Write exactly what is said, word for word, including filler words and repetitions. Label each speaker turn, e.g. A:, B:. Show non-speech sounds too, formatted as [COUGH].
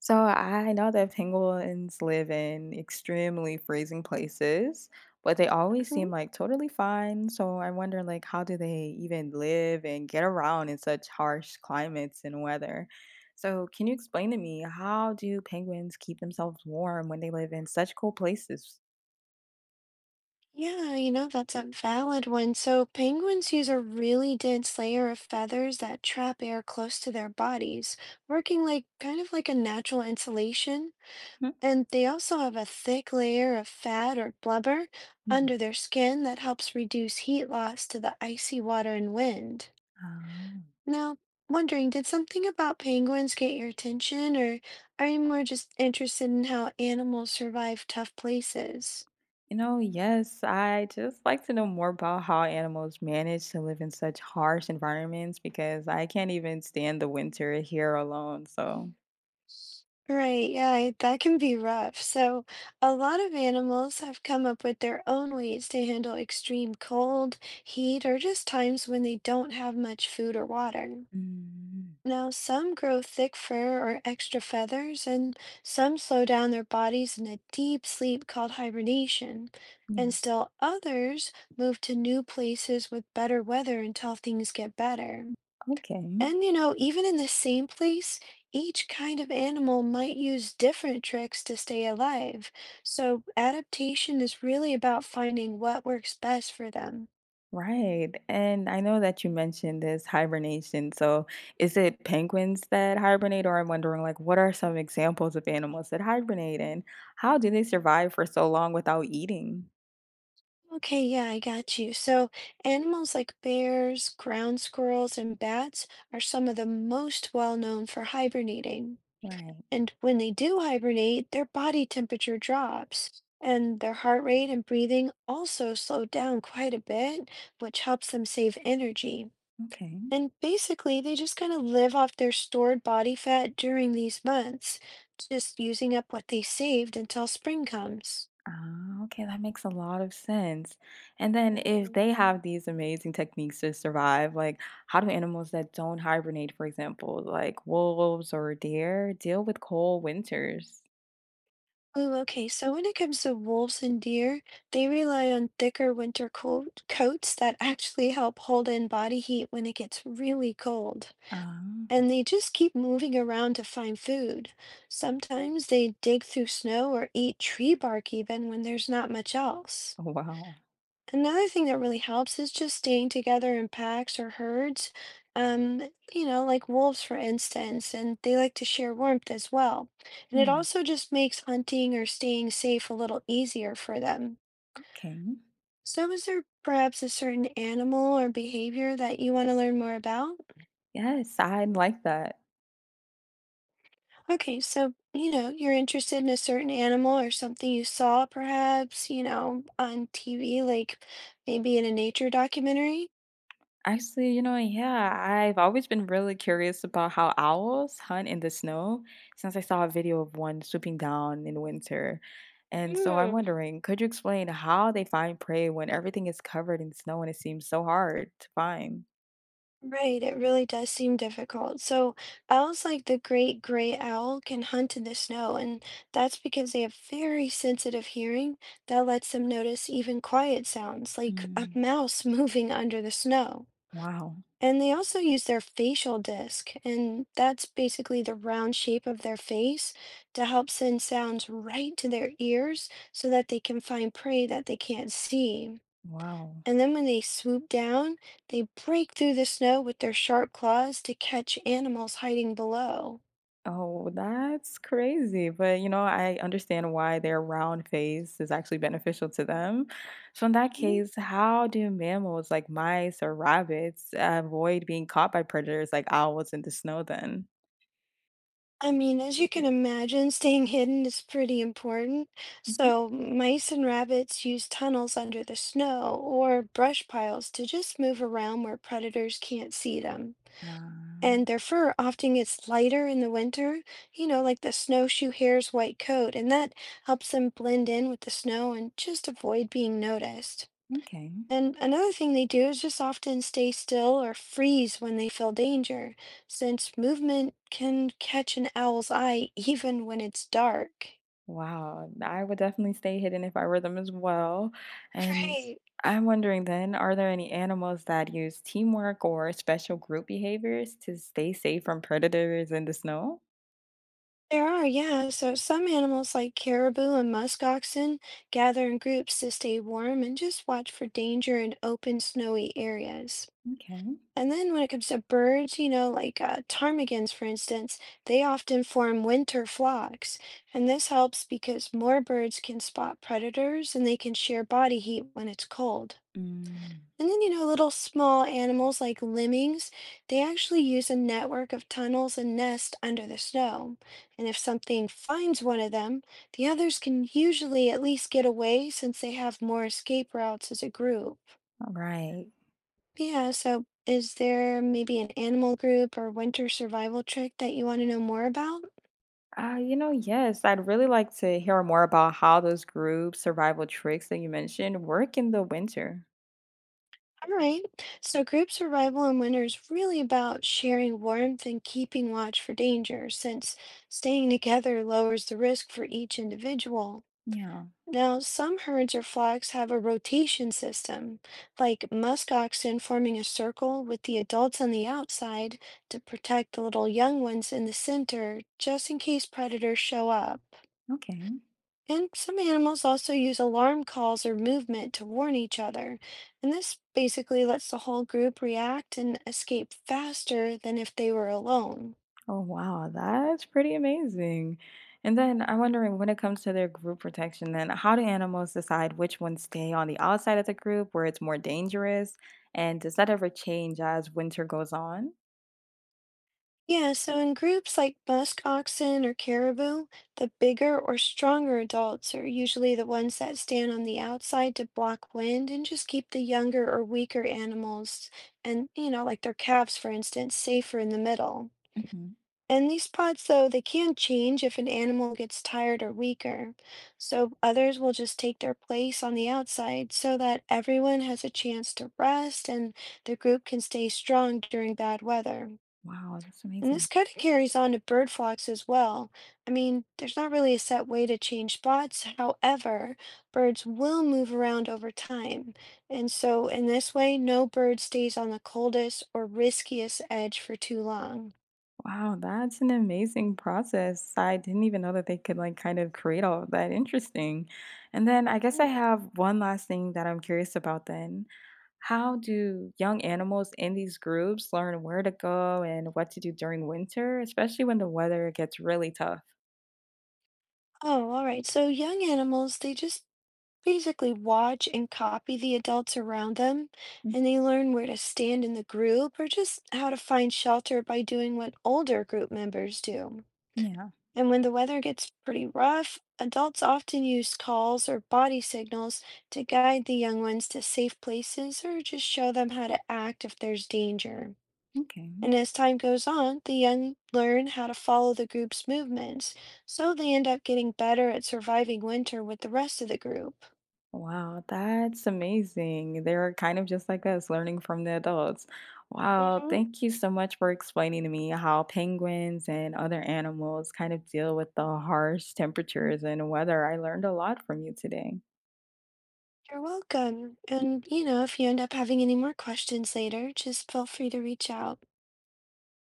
A: So I know that penguins live in extremely freezing places, but they always seem
B: Mhm.
A: like totally fine. So I wonder, like, how do they even live and get around in such harsh climates and weather? So can you explain to me how do penguins keep themselves warm when they live in such cold places?
B: Yeah, you know, that's a valid one. So penguins use a really dense layer of feathers that trap air close to their bodies, working like kind of like a natural insulation.
A: Mhm.
B: And they also have a thick layer of fat or blubber
A: Mhm.
B: under their skin that helps reduce heat loss to the icy water and wind.
A: Oh.
B: Now, wondering, did something about penguins get your attention, or are you more just interested in how animals survive tough places?
A: You know, yes, I just like to know more about how animals manage to live in such harsh environments because I can't even stand the winter here alone. So,
B: Right, yeah, I- that can be rough. So, a lot of animals have come up with their own ways to handle extreme cold, heat, or just times when they don't have much food or water.
A: mm,
B: Now, some grow thick fur or extra feathers, and some slow down their bodies in a deep sleep called hibernation.
A: yeah.
B: And still others move to new places with better weather until things get better.
A: Okay.
B: And you know, even in the same place, each kind of animal might use different tricks to stay alive. So adaptation is really about finding what works best for them.
A: Right. And I know that you mentioned this hibernation. So, is it penguins that hibernate, or I'm wondering, like, what are some examples of animals that hibernate and how do they survive for so long without eating?
B: Okay, yeah, I got you. So animals like bears, ground squirrels, and bats are some of the most well known for hibernating.
A: Right.
B: And when they do hibernate, their body temperature drops, and their heart rate and breathing also slow down quite a bit, which helps them save energy.
A: Okay.
B: And basically, they just kind of live off their stored body fat during these months, just using up what they saved until spring comes.
A: Ah, okay, that makes a lot of sense. And then if
B: Mm.
A: they have these amazing techniques to survive, like, how do animals that don't hibernate, for example, like wolves or deer, deal with cold winters?
B: Ooh, okay, so when it comes to wolves and deer, they rely on thicker winter coat coats that actually help hold in body heat when it gets really cold.
A: Ah.
B: And they just keep moving around to find food. Sometimes they dig through snow or eat tree bark even when there's not much else.
A: Oh, wow.
B: Another thing that really helps is just staying together in packs or herds. Um, you know, like wolves, for instance, and they like to share warmth as well. And it
A: Yeah.
B: also just makes hunting or staying safe a little easier for them.
A: Okay.
B: So, is there perhaps a certain animal or behavior that you want to learn more about?
A: Yes, I like that.
B: Okay, so, you know, you're interested in a certain animal or something you saw perhaps, you know, on T V, like maybe in a nature documentary?
A: Actually, you know, yeah, I've always been really curious about how owls hunt in the snow since I saw a video of one swooping down in winter. And so I'm
B: Hmm.
A: wondering, could you explain how they find prey when everything is covered in snow and it seems so hard to find?
B: Right, it really does seem difficult. So, owls like the great gray owl can hunt in the snow, and that's because they have very sensitive hearing that lets them notice even quiet sounds like a
A: Mm,
B: mouse [LAUGHS] moving under the snow.
A: wow.
B: And they also use their facial disc, and that's basically the round shape of their face to help send sounds right to their ears so that they can find prey that they can't see.
A: Wow.
B: And then when they swoop down, they break through the snow with their sharp claws to catch animals hiding below.
A: Oh, that's crazy. But you know, I understand why their round face is actually beneficial to them. So, in that
B: Mhm.
A: case, how do mammals like mice or rabbits avoid being caught by predators like owls in the snow then?
B: I mean, as you can imagine, staying hidden is pretty important.
A: Hmm.
B: So, mice and rabbits use tunnels under the snow or brush piles to just move around where predators can't see them.
A: Uh,
B: And their fur often gets lighter in the winter, you know, like the snowshoe hare's white coat, and that helps them blend in with the snow and just avoid being noticed.
A: okay.
B: And another thing they do is just often stay still or freeze when they feel danger, since movement can catch an owl's eye even when it's dark.
A: Wow. I would definitely stay hidden if I were them as well. And
B: Right.
A: I'm wondering then, are there any animals that use teamwork or special group behaviors to stay safe from predators in the snow?
B: There are, yeah. So some animals like caribou and musk oxen gather in groups to stay warm and just watch for danger in open, snowy areas.
A: Okay.
B: And then when it comes to birds, you know, like uh, ptarmigans, for instance, they often form winter flocks. And this helps because more birds can spot predators and they can share body heat when it's cold.
A: Mm,
B: And then, you know, little small animals like lemmings, they actually use a network of tunnels and nests under the snow. And if something finds one of them, the others can usually at least get away since they have more escape routes as a group.
A: all right.
B: Yeah, so is there maybe an animal group or winter survival trick that you want to know more about?
A: Uh, you know, yes, I'd really like to hear more about how those group survival tricks that you mentioned work in the winter.
B: All right. So group survival in winter is really about sharing warmth and keeping watch for danger, since staying together lowers the risk for each individual.
A: Yeah.
B: Now, some herds or flocks have a rotation system, like musk oxen forming a circle with the adults on the outside to protect the little young ones in the center, just in case predators show up.
A: Okay.
B: And some animals also use alarm calls or movement to warn each other, and this basically lets the whole group react and escape faster than if they were alone.
A: Oh, wow. That's pretty amazing. And then I'm wondering, when it comes to their group protection, then how do animals decide which ones stay on the outside of the group where it's more dangerous? And does that ever change as winter goes on?
B: Yeah, so in groups like musk oxen or caribou, the bigger or stronger adults are usually the ones that stand on the outside to block wind and just keep the younger or weaker animals, and you know, like their calves, for instance, safer in the middle.
A: Hmm.
B: And these pods, though, they can change if an animal gets tired or weaker. So others will just take their place on the outside so that everyone has a chance to rest and the group can stay strong during bad weather.
A: Wow, that's
B: And this
A: amazing.
B: kind of carries on to bird flocks as well. I mean, there's not really a set way to change spots. However, birds will move around over time. And so, in this way, no bird stays on the coldest or riskiest edge for too long.
A: Wow, that's an amazing process. I didn't even know that they could, like, kind of create all of that. Interesting. And then I guess I
B: Hmm.
A: have one last thing that I'm curious about then. How do young animals in these groups learn where to go and what to do during winter, especially when the weather gets really tough?
B: Oh, all right. So young animals, they just basically watch and copy the adults around them,
A: Mm.
B: and they learn where to stand in the group or just how to find shelter by doing what older group members do.
A: Yeah.
B: And when the weather gets pretty rough, adults often use calls or body signals to guide the young ones to safe places or just show them how to act if there's danger.
A: Okay.
B: And as time goes on, the young learn how to follow the group's movements, so they end up getting better at surviving winter with the rest of the group.
A: Wow, that's amazing. They're kind of just like us, learning from the adults. Wow,
B: Hmm.
A: thank you so much for explaining to me how penguins and other animals kind of deal with the harsh temperatures and weather. I learned a lot from you today.
B: You're welcome. And, you know, if you end up having any more questions later, just feel free to reach out.